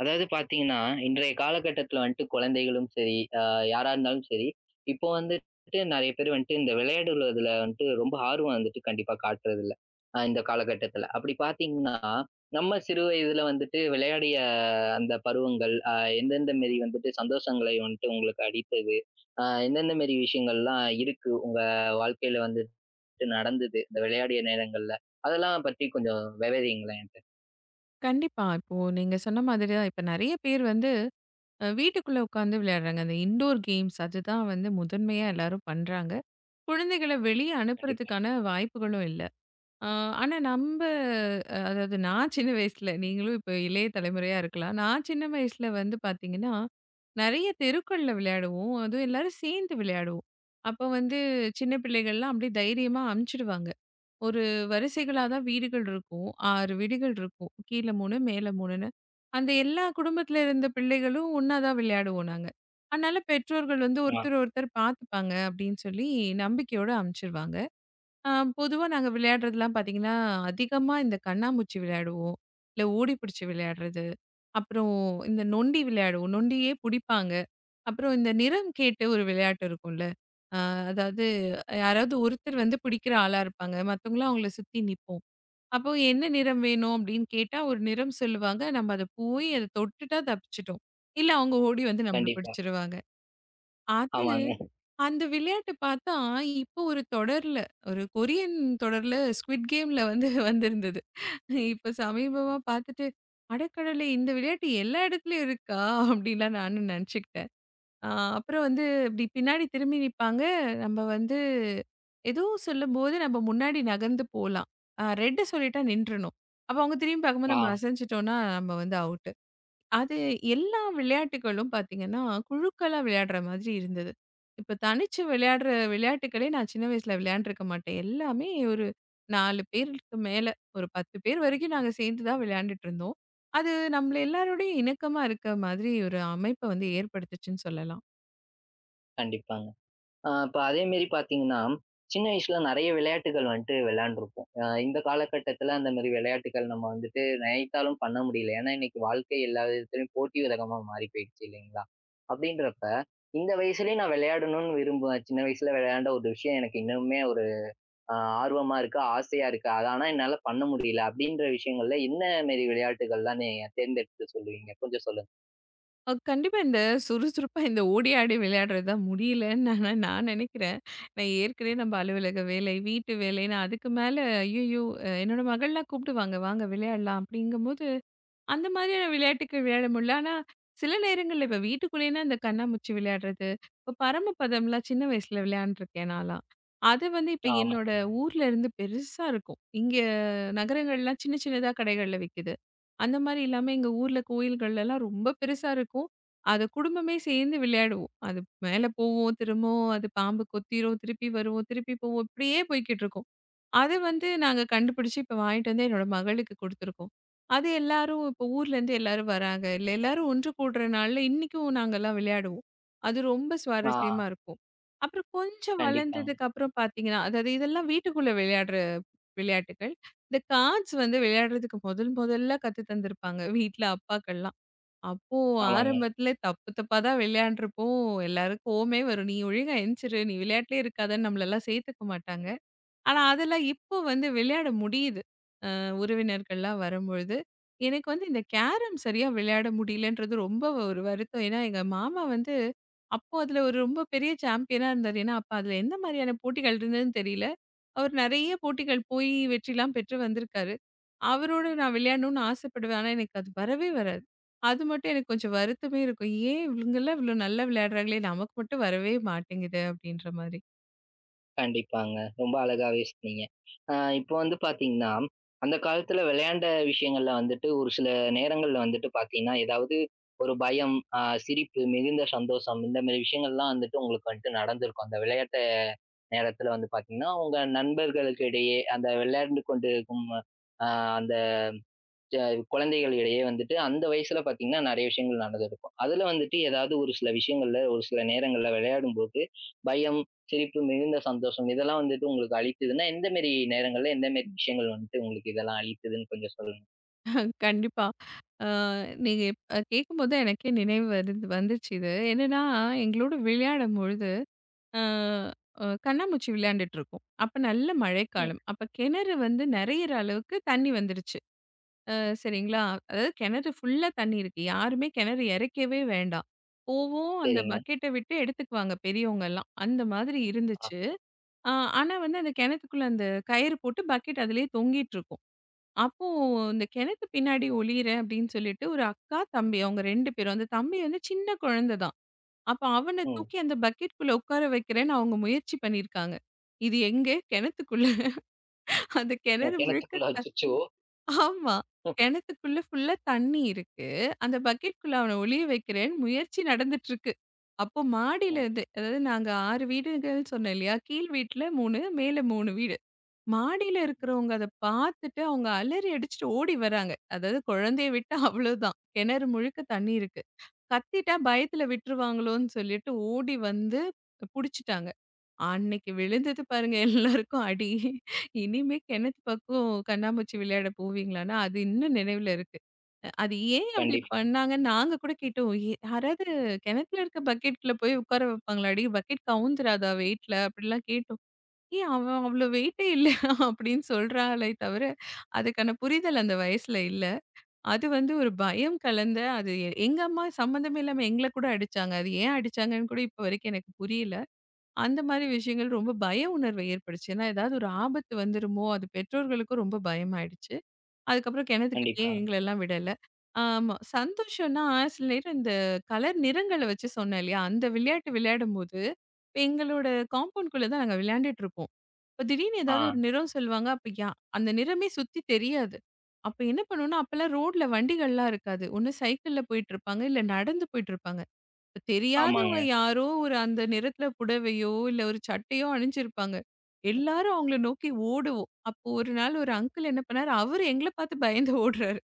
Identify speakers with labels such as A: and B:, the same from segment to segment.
A: அதாவது பார்த்தீங்கன்னா, இன்றைய காலகட்டத்தில வந்துட்டு குழந்தைகளும் சரி, யாரா இருந்தாலும் சரி, இப்போ வந்துட்டு நெறைய பேர் வந்துட்டு இந்த விளையாடுவதில வந்துட்டு ரொம்ப ஆர்வம் வந்துட்டு கண்டிப்பா காட்டுறதில்ல. இந்த காலகட்டத்தில. அப்படி பார்த்தீங்கன்னா, நம்ம சிறு வயதில வந்துட்டு விளையாடிய அந்த பருவங்கள், எந்தெந்த மாரி வந்துட்டு சந்தோஷங்களை வந்துட்டு உங்களுக்கு அளித்தது? எந்தெந்த மாரி விஷயங்கள்லாம் இருக்கு? உங்க வாழ்க்கையில வந்துட்டு நடந்தது, இந்த விளையாடிய நேரங்கள்ல? அதெல்லாம் பத்தி கொஞ்சம் விவரிங்களேன் என்ட்ட.
B: கண்டிப்பா. இப்போ நீங்க சொன்ன மாதிரி தான். இப்ப நெறைய பேர் வந்து வீட்டுக்குள்ள உட்காந்து விளையாடுறாங்க. அந்த இன்டோர் கேம்ஸ் அதுதான் வந்து முதன்மையா எல்லாரும் பண்றாங்க. குழந்தைகள வெளிய
A: கண்டிப்பா.
B: அனுப்புறதுக்கான வாய்ப்புகளும் இல்ல. அ ஆனா நம்ப அதாவது நான் சின்ன வயசுல நீங்களும் இப்ப இளைய தலைமுறையா இருக்கலாம். நான் சின்ன வயசுல வந்து பார்த்தீங்கன்னா, நெறைய தெருக்கள்ல விளையாடுவோம். அதுவும் எல்லாரும் சேர்ந்து விளையாடுவோம். அப்போ வந்து சின்ன பிள்ளைகள்லாம் அப்படியே தைரியமா அனுப்பிச்சுடுவாங்க. ஒரு வரிசைகளா தான் வீடுகள் இருக்கும். 6 வீடுகள் இருக்கும். கீழ 3, மேல 3ன்னு. அந்த எல்லா குடும்பத்தில இருந்த பிள்ளைகளும் ஒண்ணா தான் விளையாடுவோம் நாங்க. அதனால பெற்றோர்கள் வந்து
A: ஆ,
B: ஒருத்தர் ஒருத்தர் பார்த்துப்பாங்க அப்படின்னு சொல்லி நம்பிக்கையோட அனுப்பிச்சுருவாங்க. அ பொதுவா நாங்க விளையாடுறதெல்லாம் பார்த்தீங்கன்னா, அதிகமா இந்த கண்ணாமூச்சி விளையாடுவோம். இல்ல ஓடி பிடிச்சு விளையாடுறது. அப்புறம் இந்த நொண்டி விளையாடுவோம். நொண்டியே புடிப்பாங்க. அப்புறம் இந்த நிறம் கேட்டு ஒரு விளையாட்டு இருக்கும்ல. அ அதாவது யாராவது ஒருத்தர் வந்து பிடிக்கிற ஆளா இருப்பாங்க. மத்தவங்கலாம் அவங்கள சுத்தி நிப்போம். அப்போ என்ன நிறம் வேணும் அப்படின்னு கேட்டா ஒரு நிறம் சொல்லுவாங்க. நம்ம அத போய் அத தொட்டுட்டா தப்பிச்சுட்டோம். இல்ல அவங்க ஓடி வந்து நம்மள
A: கண்டிப்பா.
B: பிடிச்சிருவாங்க. அது
A: ஆமாங்க.
B: அந்த விளையாட்டு பார்த்தா இப்போ ஒரு தொடர்ல ஒரு கொரியன் தொடர்ல ஸ்குவிட் கேம்ல வந்து வந்திருந்தது. இப்ப சமீபமா பார்த்துட்டு, "அடக்கடவுளே! இந்த விளையாட்டு எல்லா இடத்துலயும் இருக்கா?" அப்படிலாம் நானும் நினச்சுக்கிட்டேன். ஆ அப்புறம் வந்து இப்டி பின்னாடி திரும்பி நிப்பாங்க. நம்ம வந்து ஏதோ சொல்லும்போது நம்ம முன்னாடி நகர்ந்து போலாம். ரெட் சொல்லிட்டா நின்றணும். அப்ப அவங்க திரும்பி பார்க்கும்போது
A: ஆ.
B: நம்ம அசைஞ்சுட்டோம்னா நம்ம வந்து அவுட்டு. அது எல்லா விளையாட்டுகளும் பார்த்தீங்கன்னா, குழுக்களா விளையாடுற மாதிரி இருந்தது. இப்ப தனிச்சு விளையாடுற விளையாட்டுக்களே நான் சின்ன வயசுல விளையாண்டுருக்க மாட்டேன். எல்லாமே ஒரு 4 பேருக்கு மேல ஒரு 10 பேர் வரைக்கும் நாங்க சேர்ந்து தான் விளையாண்டுட்டுருந்தோம். அது நம்மள எல்லாரோடையும் இணக்கமா இருக்க மாதிரி ஒரு அமைப்ப வந்து ஏற்படுத்துச்சுன்னு சொல்லலாம்.
A: கண்டிப்பாங்க. இப்ப அதேமாரி பார்த்தீங்கன்னா, சின்ன வயசுல நெறைய விளையாட்டுகள் வந்துட்டு விளையாண்டுருப்போம். இந்த காலகட்டத்தில அந்த மாரி விளையாட்டுகள் நம்ம வந்துட்டு நினைத்தாலும் பண்ண முடியல. ஏன்னா, இன்னைக்கு வாழ்க்கை எல்லா விதத்திலும் போட்டி உலகமா மாறி போயிடுச்சு இல்லைங்களா? அப்படின்றப்ப, இந்த வயசுலயே நான் விளையாடணும்னு விரும்புவேன். சின்ன வயசுல விளையாண்ட ஒரு விஷயம் எனக்கு இன்னமுமே ஒரு அ ஆர்வமா இருக்கு, ஆசையா இருக்கு. அது ஆனா என்னால பண்ண முடியல அப்படின்ற விஷயங்கள்ல என்ன மாரி விளையாட்டுகள்லாம் நீங்க தேர்ந்தெடுத்து சொல்லுவீங்க? கொஞ்சம் சொல்லுங்க.
B: கண்டிப்பா இந்த சுறுசுறுப்பா இந்த ஓடி ஆடி விளையாடுறது தான் முடியலன்னு ஆனா நான் நினைக்கிறேன். நான் ஏற்கனவே நம்ம அலுவலக வேலை, வீட்டு வேலைன்னு அதுக்கு மேல ஐய்யய்யோ! என்னோட மகள்லாம் கூப்பிடுவாங்க. வாங்க விளையாடலாம். அப்படிங்கும்போது அந்த மாதிரியான விளையாட்டுக்கள் விளையாட முடியல. ஆனா, சில நேரங்கள்ல இப்ப வீட்டுக்குள்ளேன்னா இந்த கண்ணாமூச்சி விளையாடுறது, இப்ப பரமபதம்லாம் சின்ன வயசுல விளையாண்டுருக்கேன் நான்லாம். அது வந்து இப்ப
A: ஆமாங்க.
B: என்னோட ஊர்ல இருந்து பெருசா இருக்கும். இங்க நகரங்கள்லாம் சின்ன சின்னதா கடைகள்ல விக்குது. அந்த மாரி இல்லாம எங்க ஊர்ல கோயில்கள்லலாம் ரொம்ப பெருசா இருக்கும். அத குடும்பமே சேர்ந்து விளையாடுவோம். அது மேல போவும், திரும்பவும் அது பாம்பு கொத்திரும், திருப்பி வருவோம், திருப்பி போவோம். இப்படியே போய்க்கிட்டுருக்கும். அது வந்து நாங்க கண்டுபிடிச்சு இப்ப வாங்கிட்டு வந்து என்னோட மகளுக்கு குடுத்துருக்கோம். அது எல்லாரும் இப்ப ஊர்லேருந்து எல்லாரும் வராங்க. இல்ல எல்லாரும் ஒன்று கூடுற நாள்ல இன்னிக்கும் நாங்கலாம் விளையாடுவோம். அது ரொம்ப
A: ஆ.
B: சுவாரஸ்யமா இருக்கும். அப்புறம் கொஞ்சம்
A: கண்டிப்பாங்க.
B: வளர்ந்ததுக்கு அப்புறம் பார்த்தீங்கன்னா, அதாவது இதெல்லாம் வீட்டுக்குள்ள விளையாடுற விளையாட்டுக்கள். இந்த கார்ட்ஸ் வந்து விளையாடுறதுக்கு முதல் முதல்ல கத்து தந்திருப்பாங்க வீட்ல அப்பாக்கள்லாம். அப்போ
A: ஆமாங்க.
B: ஆரம்பத்துல தப்பு தப்பா தான் விளையாண்டுருப்போம். எல்லாரும் கோவமே வரும். "நீ ஒழுங்கா எந்திச்சிரு. நீ விளையாட்டுலயே இருக்காதன்னு" நம்மளலாம் சேர்த்துக்க மாட்டாங்க. ஆனா, அதெல்லாம் இப்போ வந்து விளையாட முடியுது. உறவினர்கள்லாம் வரும்பொழுது. எனக்கு வந்து இந்த கேரம் சரியா விளையாட முடியலன்றது ரொம்ப ஒரு வருத்தம். ஏன்னா, எங்க மாமா வந்து அப்போ அதில ஒரு ரொம்ப பெரிய சாம்பியனா இருந்தாரு. ஏன்னா, அப்ப அதில எந்த மாதிரியான போட்டிகள் இருந்ததுன்னு தெரியல. அவர் நெறைய போட்டிகள் போய் வெற்றிலாம் பெற்று வந்திருக்காரு. அவரோட நான் விளையாடணும்னு ஆசைப்படுவேன். ஆனா, எனக்கு அது வரவே வராது. அது மட்டும் எனக்கு கொஞ்சம் வருத்தமே இருக்கும். ஏன் இவங்கலாம் இவ்ளோ நல்லா விளையாடுறாங்களே! நமக்கு மட்டும் வரவே மாட்டேங்குது அப்படின்ற மாதிரி.
A: கண்டிப்பாங்க. ரொம்ப அழகாவே சொன்னீங்க. இப்போ வந்து பார்த்தீங்கன்னா, அந்த காலத்துல விளையாண்ட விஷயங்கள்ல வந்துட்டு ஒரு சில நேரங்கள்ல வந்துட்டு பார்த்தீங்கன்னா, ஏதாவது ஒரு பயம், சிரிப்பு, மிகுந்த சந்தோஷம் இந்த மாரி விஷயங்கள்லாம் வந்துட்டு உங்களுக்கு வந்துட்டு நடந்திருக்கும். அந்த விளையாட்ட நேரத்துல வந்து பார்த்தீங்கன்னா, உங்க நண்பர்களுக்கு இடையே அந்த விளையாண்டு கொண்டிருக்கும் அ அந்த அ குழந்தைகள் இடையே வந்துட்டு அந்த வயசுல பார்த்தீங்கன்னா, நெறைய விஷயங்கள் நடந்திருக்கும். அதுல வந்துட்டு ஏதாவது ஒரு சில விஷயங்கள்ல, ஒரு சில நேரங்கள்ல விளையாடும்போது, பயம், சிரிப்பு, மிகுந்த சந்தோஷம் இதெல்லாம் வந்துட்டு உங்களுக்கு அளித்ததுன்னா, எந்த மாரி நேரங்கள்ல, எந்த மாரி விஷயங்கள் வந்துட்டு உங்களுக்கு இதெல்லாம் அளித்ததுன்னு கொஞ்சம் சொல்லுங்க?
B: கண்டிப்பா. அ நீங்க இப் அ கேட்கும்போது எனக்கே நினைவு வருது வந்துச்சு இது. என்னன்னா, எங்களோட விளையாடும்பொழுது, அ அ கண்ணாமூச்சி விளையாண்டுட்டுருக்கோம். அப்ப நல்ல
A: ம்.
B: மழைக்காலம். அப்ப கிணறு வந்து நெறையிற அளவுக்கு தண்ணி வந்துருச்சு. அ சரிங்களா? அதாவது கிணறு ஃபுல்லா தண்ணி இருக்கு. யாருமே கிணறு இறைக்கவே வேண்டாம். போவோம் அந்த
A: சரிங்க.
B: பக்கெட்ட விட்டு எடுத்துக்குவாங்க பெரியவங்கலாம். அந்த மாதிரி
A: ஆ.
B: இருந்துச்சு. அ ஆனா வந்து அந்த கிணத்துக்குள்ள அந்த கயிறு போட்டு பக்கெட் அதிலேயே தொங்கிட்டுருக்கும். அப்போ இந்த கிணத்து பின்னாடி ஒளியிறேன் அப்படின்னு சொல்லிட்டு ஒரு அக்கா, தம்பி அவங்க 2 பேரும். அந்த தம்பி வந்து சின்ன குழந்தை தான். அப்ப அவன
A: ம்.
B: தூக்கி அந்த பக்கெட்குள்ள உட்கார வைக்கிறேன்னு அவங்க முயற்சி பண்ணியிருக்காங்க. இது எங்க? கிணத்துக்குள்ள. அந்த
A: என்
B: கிணறு முழுக்க
A: கிணத்துக்குள்ள அச்சச்சோ!
B: ஆமா. கிணத்துக்குள்ள ஃபுல்லா தண்ணி இருக்கு. அந்த பக்கெட்குள்ள அவன ஒளிய வைக்கிறேன்னு முயற்சி நடந்துட்டுருக்கு. அப்போ மாடியில
A: ம்.
B: இருந்து அதாவது நாங்க 6 வீடுகள் சொன்னேன் இல்லையா? கீழ் வீட்ல 3, மேல 3 வீடு. மாடியில இருக்கிறவங்க அத பார்த்துட்டு அவங்க அலறி அடிச்சுட்டு ஓடி வராங்க. அதாவது குழந்தைய விட்டா அவ்வளோதான். கிணறு முழுக்க தண்ணி இருக்கு. கத்திட்டா பயத்துல விட்டுருவாங்களோன்னு சொல்லிட்டு ஓடி வந்து புடிச்சுட்டாங்க. அன்னைக்கு விழுந்தது பாருங்க எல்லாருக்கும் அடி. இனிமே கிணத்து பக்கம் கண்ணாமூச்சி விளையாட போவீங்களான்னா, அது இன்னும் நினைவுல இருக்கு. அது ஏன் அப்படி
A: கண்டிப்பா,
B: பண்ணாங்கன்னு நாங்க கூட கேட்டோம். யாராவது கிணத்துல இருக்க பக்கெட்ல போய் உட்கார வைப்பாங்களாடி? பக்கெட் கவுந்துராதா வெயிட்ல?" அப்படிலாம் கேட்டோம். ஏன் அவன் அவ்ளோ வெயிட்டே இல்ல அப்படின்னு சொல்றாளே தவிர, அதுக்கான புரிதல் அந்த வயசுல இல்ல. அது வந்து ஒரு பயம் கலந்த அது எங்க அம்மா சம்மந்தமே இல்லாம எங்கள கூட அடிச்சாங்க. அது ஏன் அடிச்சாங்கன்னு கூட இப்ப வரைக்கும் எனக்கு புரியல. அந்த மாரி விஷயங்கள் ரொம்ப பய உணர்வை ஏற்படுச்சு. ஏன்னா ஏதாவது ஒரு ஆபத்து வந்துருமோ! அது பெற்றோர்களுக்கும் ரொம்ப பயமாயிடுச்சு. அதுக்கப்புறம் கிணத்துக்கிட்டயே
A: கண்டிப்பாங்க.
B: எங்களெல்லாம் விடல. ஆமா. சந்தோஷம்னா சில நேரம் இந்த கலர் நிறங்கள வச்சு சொன்னேன் இல்லையா? அந்த விளையாட்டு விளையாடும்போது, எங்களோட காம்பவுண்ட்குள்ள தான் நாங்க விளையாண்டுட்டு இருப்போம். இப்ப திடீர்னு
A: ஆ,
B: ஏதாவது ஒரு நிறம் சொல்லுவாங்க. அப்ப அந்த நிறமே சுத்தி தெரியாது. அப்ப என்ன பண்ணுவோம்னா, அப்பலாம் ரோட்ல வண்டிகள்லாம் இருக்காது. ஒண்ணு சைக்கிள்ல போயிட்டுருப்பாங்க, இல்ல நடந்து போயிட்டுருப்பாங்க. தெரியாதவங்க
A: ஆமாங்க.
B: யாரோ ஒரு அந்த நிறத்துல புடவையோ, இல்ல ஒரு சட்டையோ அணிஞ்சிருப்பாங்க. எல்லாரும் அவங்கள நோக்கி ஓடுவோம். அப்போ ஒரு நாள் ஒரு அங்கிள் என்ன பண்ணாரு, அவரு எங்கள பார்த்து பயந்து ஓடுறாரு.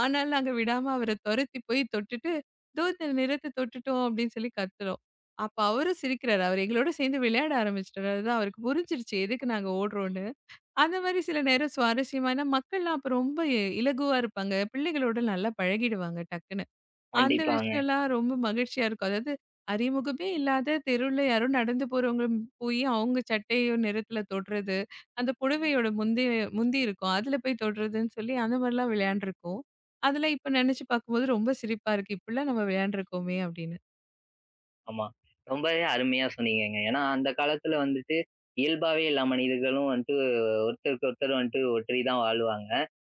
B: ஆனாலும் நாங்க விடாம அவர தொரத்தி போய் தொட்டுட்டு, "இதோ இந்த நிறத்த தொட்டுட்டோம்" அப்படின்னு சொல்லி கத்துறோம். அப்ப அவரும் சிரிக்கிறாரு. அவர் எங்களோட சேர்ந்து விளையாட ஆரம்பிச்சுட்டாரு. அதுதான் அவருக்கு புரிஞ்சிருச்சு எதுக்கு நாங்க ஓடுறோம்ன்னு. அந்த மாரி சில நேரம் சுவாரஸ்யமான மக்கள்லாம் அப்ப ரொம்ப இலகுவா இருப்பாங்க. பிள்ளைகளோட நல்லா பழகிடுவாங்க டக்குன்னு. அந்த
A: கண்டிப்பாங்க.
B: விஷயம்லாம் ரொம்ப மகிழ்ச்சியா இருக்கும். அதாவது அறிமுகமே இல்லாத தெருவுல யாரோ நடந்து போறவங்க போய் அவங்க சட்டையோ நிறத்துல தொடுறது, அந்த புடவையோட முந்தி முந்தி இருக்கும். அதுல போய் தொடுறதுன்னு சொல்லி அந்த மாரிலாம் விளையாண்டுருக்கோம். அதெல்லாம் இப்ப நெனச்சு பார்க்கும்போது ரொம்ப சிரிப்பா இருக்கு. இப்படிலாம் நம்ம விளையாண்டுருக்கோமே அப்படின்னு.
A: ஆமா. ரொம்பவே அருமையா சொன்னீங்கங்க. ஏன்னா, அந்த காலத்துல வந்துட்டு இயல்பாவே எல்லா மனிதர்களும் வந்துட்டு ஒருத்தருக்கு ஒருத்தர் வந்துட்டு ஒன்றி தான் வாழ்வாங்க.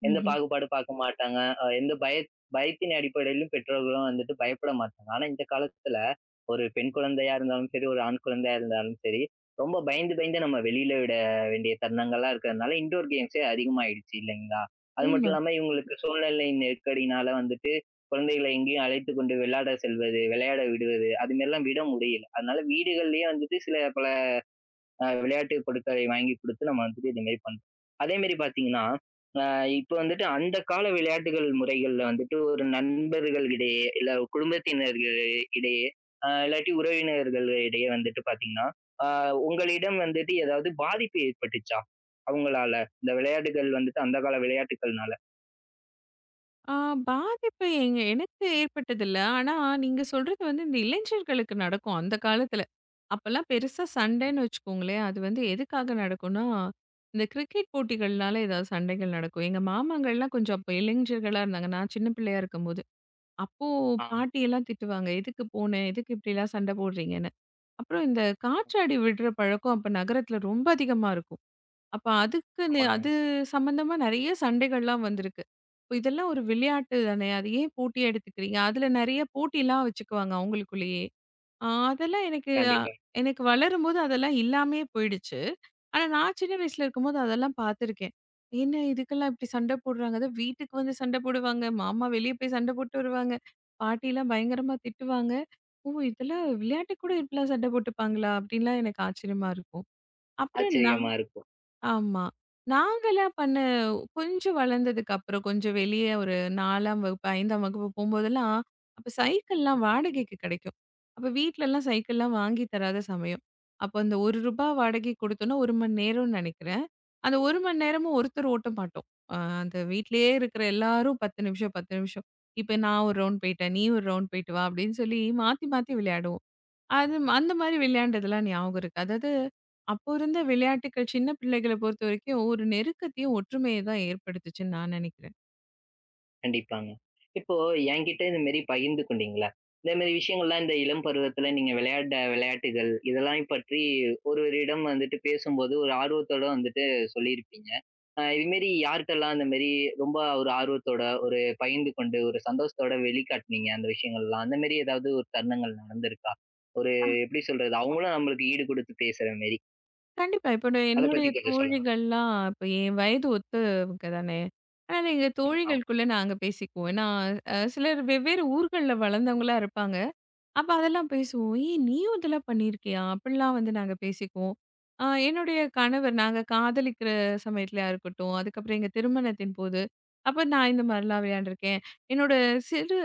A: எந்த பாகுபாடு பாக்க மாட்டாங்க. அ எந்த பய பயத்தின் அடிப்படையிலும் பெற்றோர்களும் வந்துட்டு பயப்பட மாட்டாங்க. ஆனா, இந்த காலத்துல ஒரு பெண் குழந்தையா இருந்தாலும் சரி, ஒரு ஆண் குழந்தையா இருந்தாலும் சரி, ரொம்ப பயந்து பயந்து நம்ம வெளியில விட வேண்டிய தருணங்கள்லாம் இருக்கிறதுனால, இன்டோர் கேம்ஸே அதிகமாயிடுச்சு இல்லைங்களா? அது மட்டும்
B: ம்ஹ்ம்.
A: இல்லாம இவங்களுக்கு சூழ்நிலை நெருக்கடினால வந்துட்டு குழந்தைகளை எங்கேயும் அழைத்துக் கொண்டு விளையாட செல்வது, விளையாட விடுவது, அது மாரிலாம் விட முடியல. அதனால வீடுகள்லயே வந்துட்டு சில பல விளையாட்டு பொருட்களை வாங்கி குடுத்து நம்ம வந்துட்டு இது மாரி பண்றோம். அதே மாரி பார்த்தீங்கன்னா, அ இப்ப வந்துட்டு அந்த கால விளையாட்டுகள் முறைகள்ல வந்துட்டு ஒரு நண்பர்கள் இடையே, இல்ல குடும்பத்தினர்கள் இடையே, இல்லாட்டி உறவினர்கள் இடையே வந்துட்டு பார்த்தீங்கன்னா, அ உங்களிடம் வந்துட்டு ஏதாவது பாதிப்பு ஏற்பட்டுச்சா? அவங்களால? இந்த விளையாட்டுகள் வந்துட்டு அந்த கால விளையாட்டுக்கள்னால?
B: ஆ பாதிப்பு எங்க எனக்கு ஏற்பட்டதில்ல. ஆனா, நீங்க சொல்றது வந்து இந்த இளைஞர்களுக்கு நடக்கும் அந்த காலத்துல. அப்பலாம் பெருசா
A: ம்.
B: சண்டைன்னு வச்சுக்கோங்களேன். அது வந்து எதுக்காக நடக்கும்னா, இந்த கிரிக்கெட் போட்டிகள்னால ஏதாவது சண்டைகள் நடக்கும். எங்க மாமாங்கள்லாம் கொஞ்சம் அப்ப இளைஞர்களா இருந்தாங்க. நான் சின்ன பிள்ளையா இருக்கும்போது. அப்போ
A: ஆ.
B: பாட்டியெல்லாம் திட்டுவாங்க. "எதுக்கு போன? எதுக்கு இப்படிலாம் சண்டை போடுறீங்கன்னு?" அப்புறம் இந்த
A: ம்.
B: காற்றாடி விடுற பழக்கம் அப்ப நகரத்துல ரொம்ப அதிகமா இருக்கும். அப்ப அதுக்குன்னு
A: ஆமாங்க.
B: அது சம்மந்தமா நெறைய சண்டைகள்லாம் வந்திருக்கு. இப்ப இதெல்லாம் ஒரு விளையாட்டு தானே! அது ஏன் போட்டியா எடுத்துக்கிறீங்க? அதுல நெறைய போட்டிலாம் வச்சுக்குவாங்க அவங்களுக்குள்ளேயே. அ அதெல்லாம் எனக்கு அ
A: கண்டிப்பா.
B: எனக்கு வளரும்போது அதெல்லாம் இல்லாமயே போயிடுச்சு. ஆனா நான் சின்ன வயசுல இருக்கும்போது அதெல்லாம் பார்த்துருக்கேன். என்ன இதுக்கெல்லாம் இப்படி சண்டை போடுறாங்க. அதான் வீட்டுக்கு வந்து சண்டை போடுவாங்க. மாமா வெளிய போய் சண்டை போட்டு வருவாங்க. பாட்டிலாம் பயங்கரமா திட்டுவாங்க. ஓ! இதெல்லாம் விளையாட்டுக்கு கூட இப்படிலாம் சண்டை போட்டுப்பாங்களா? அப்படின்லாம் எனக்கு ஆச்சரியமா இருக்கும். அப்புறம் நான்
A: ஆச்சரியமா இருக்கும்.
B: ஆமா. நாங்கலாம் பண்ண கொஞ்சம் வளர்ந்ததுக்கு அப்புறம், கொஞ்சம் வெளிய ஒரு 4ஆம் வகுப்பு, 5ஆம் வகுப்பு போம்போதெல்லாம், அப்ப சைக்கிள்லாம் வாடகைக்கு கிடைக்கும். அப்ப வீட்லலாம் சைக்கிள்லாம் வாங்கி தராத சமயம். அப்ப அந்த ரூ. 1 வாடகைக்கு கொடுத்தோம்னா, 1 மணி நேரம்னு நெனைக்கிறேன். அந்த 1 மணி நேரமும் ஒருத்தர் ஓட்ட மாட்டோம். அ அந்த வீட்லயே இருக்கிற எல்லாரும் 10 நிமிஷம், 10 நிமிஷம். இப்ப நான் ஒரு ரவுண்ட் போயிட்டேன். நீ ஒரு ரவுண்ட் போயிட்டு வா, அப்படின்னு சொல்லி மாத்தி மாத்தி விளையாடுவோம். அந்த மாரி விளையாண்டதெல்லாம் ஞாபகம் இருக்கு. அதாவது, அப்போ இருந்த விளையாட்டுக்கள் சின்ன பிள்ளைகள பொறுத்தவரைக்கும் ஒரு நெருக்கத்தையும், ஒற்றுமைய தான் ஏற்படுத்துச்சுன்னு நான் நெனைக்கிறேன்.
A: கண்டிப்பாங்க. இப்போ என்கிட்ட இந்த மாரி பகிர்ந்து கொண்டீங்கள்ல, இந்த மாரி விஷயங்கள்லாம் இந்த இளம் பருவத்தில நீங்க விளையாண்ட விளையாட்டுகள், இதெல்லாம் பற்றி ஒருவரிடம் வந்துட்டு பேசும்போது ஒரு ஆர்வத்தோட வந்துட்டு சொல்லியிருப்பீங்க. இது மாரி யார்ட்டலாம் அந்த மாரி ரொம்ப ஒரு ஆர்வத்தோட, ஒரு பகிர்ந்து கொண்டு, ஒரு சந்தோஷத்தோட வெளிக்காட்டுனீங்க அந்த விஷயங்கள்லாம்? அந்த மாரி ஏதாவது ஒரு தருணங்கள் நடந்திருக்கா? ஒரு எப்படி சொல்றது? அவங்களும் நம்மளுக்கு ஈடு குடுத்து பேசுற மாரி.
B: கண்டிப்பா. இப்போ நான்
A: அத
B: என்னுடைய
A: பத்தி கொஞ்சம் சொல்லுங்களேன்.
B: தோழிகள்லாம் இப்ப என் வயது ஒத்தவங்க தானே! அதனால எங்க
A: ம். ஆமா.
B: தோழிகளுக்குள்ள நாங்க பேசிக்குவோம். ஏன்னா, சிலர் வெவ்வேறு ஊர்கள்ல வளர்ந்தவங்களா இருப்பாங்க. அப்ப அதெல்லாம் பேசுவோம். "ஏய்! நீயும் இதெல்லாம் பண்ணியிருக்கியா?" அப்படிலாம் வந்து நாங்க பேசிக்குவோம். என்னுடைய கணவர் நாங்க காதலிக்கிற சமயத்துலயா இருக்கட்டும், அதுக்கப்புறம் எங்க திருமணத்தின் போது, அப்ப நான் இந்த மாரிலாம் விளையாண்டுருக்கேன். என்னோட சிறு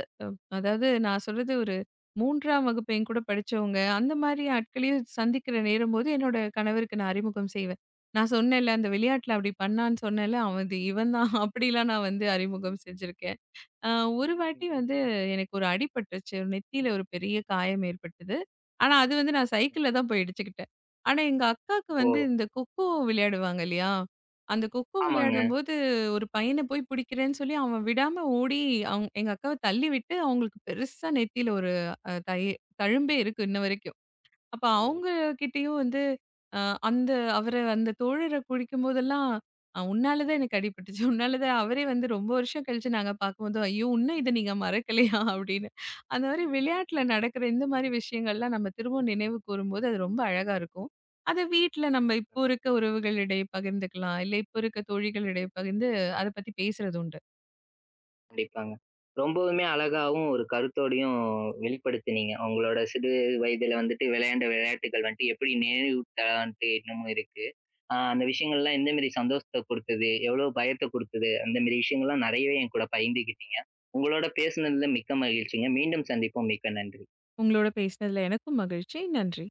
B: அதாவது நான் சொல்றது ஒரு 3ஆம் வகுப்பு என் கூட படிச்சவங்க, அந்த மாரி ஆட்களையும் சந்திக்கிற நேரம்போது, என்னோட கணவருக்கு நான் அறிமுகம் செய்வேன். நான் சொன்னேன்ல, அந்த விளையாட்டுல அப்படி பண்ணான்னு சொன்னேன்ல, அவன் இது இவன் தான் அப்படிலாம் நான் வந்து அறிமுகம் செஞ்சிருக்கேன். அ ஒரு வாட்டி
A: ம்.
B: வந்து எனக்கு ஒரு அடிபட்டுருச்சு. ஒரு நெத்தியில ஒரு பெரிய காயம் ஏற்பட்டது. ஆனா அது வந்து நான்
A: ம்.
B: சைக்கிள்ல தான் போய் இடிச்சுக்கிட்டேன். ஆனா எங்க அக்காவுக்கு வந்து
A: ஓ!
B: இந்த கொக்கோ விளையாடுவாங்க இல்லையா? அந்த கொக்கோ
A: ஆமாங்க.
B: விளையாடும்போது ஒரு பையன போய் பிடிக்கிறேன்னு சொல்லி அவன் விடாம ஓடி எங்க அக்காவ தள்ளி விட்டு அவங்களுக்கு பெருசா நெத்தியில ஒரு அ தை தழும்பே இருக்கு இன்ன வரைக்கும். அப்ப
A: ம்.
B: அவங்க கிட்டயும் வந்து அ அந்த அவர அந்த தோழர குறிக்கும்போதெல்லாம், "உன்னால தான் எனக்கு அடிபட்டுச்சு. உன்னால தான்" அவரே வந்து ரொம்ப வருஷம் கழிச்சு நாங்க பார்க்கும்போது, "ஐயோ! இன்னும் இத நீங்க மறக்கலையா?" அப்படின்னு. அந்த மாரி விளையாட்டுல நடக்கிற இந்த மாரி விஷயங்கள்லாம் நம்ம திரும்பவும் நினைவு கூரும்போது, அது ரொம்ப அழகா இருக்கும். அத வீட்ல நம்ம
A: ம்.
B: இப்போ இருக்க உறவுகளிடையே பகிர்ந்துக்கலாம். இல்ல இப்போ இருக்க தோழிகளிடையே பகிர்ந்து அத பத்தி பேசுறது உண்டு.
A: கண்டிப்பாங்க. ரொம்பவுமே அழகாவும் ஒரு கருத்தோடையும் வெளிப்படுத்தினீங்க. உங்களோட சிறு வயதில வந்துட்டு விளையாண்ட விளையாட்டுகள் வந்துட்டு எப்படி நினைவூட்டலா வந்துட்டு இன்னமும் இருக்கு. அந்த விஷயங்கள்லாம் எந்த மாரி சந்தோஷத்த குடுத்தது? எவ்வளோ பயத்த குடுத்தது? அந்த மாரி விஷயங்கள்லாம் நெறையவே என் கூட பகிர்ந்துக்கிட்டீங்க. உங்களோட பேசுனதுல மிக்க மகிழ்ச்சிங்க. மீண்டும் சந்திப்போம். மிக்க நன்றி.
B: உங்களோட பேசினதுல எனக்கும் மகிழ்ச்சி. நன்றி.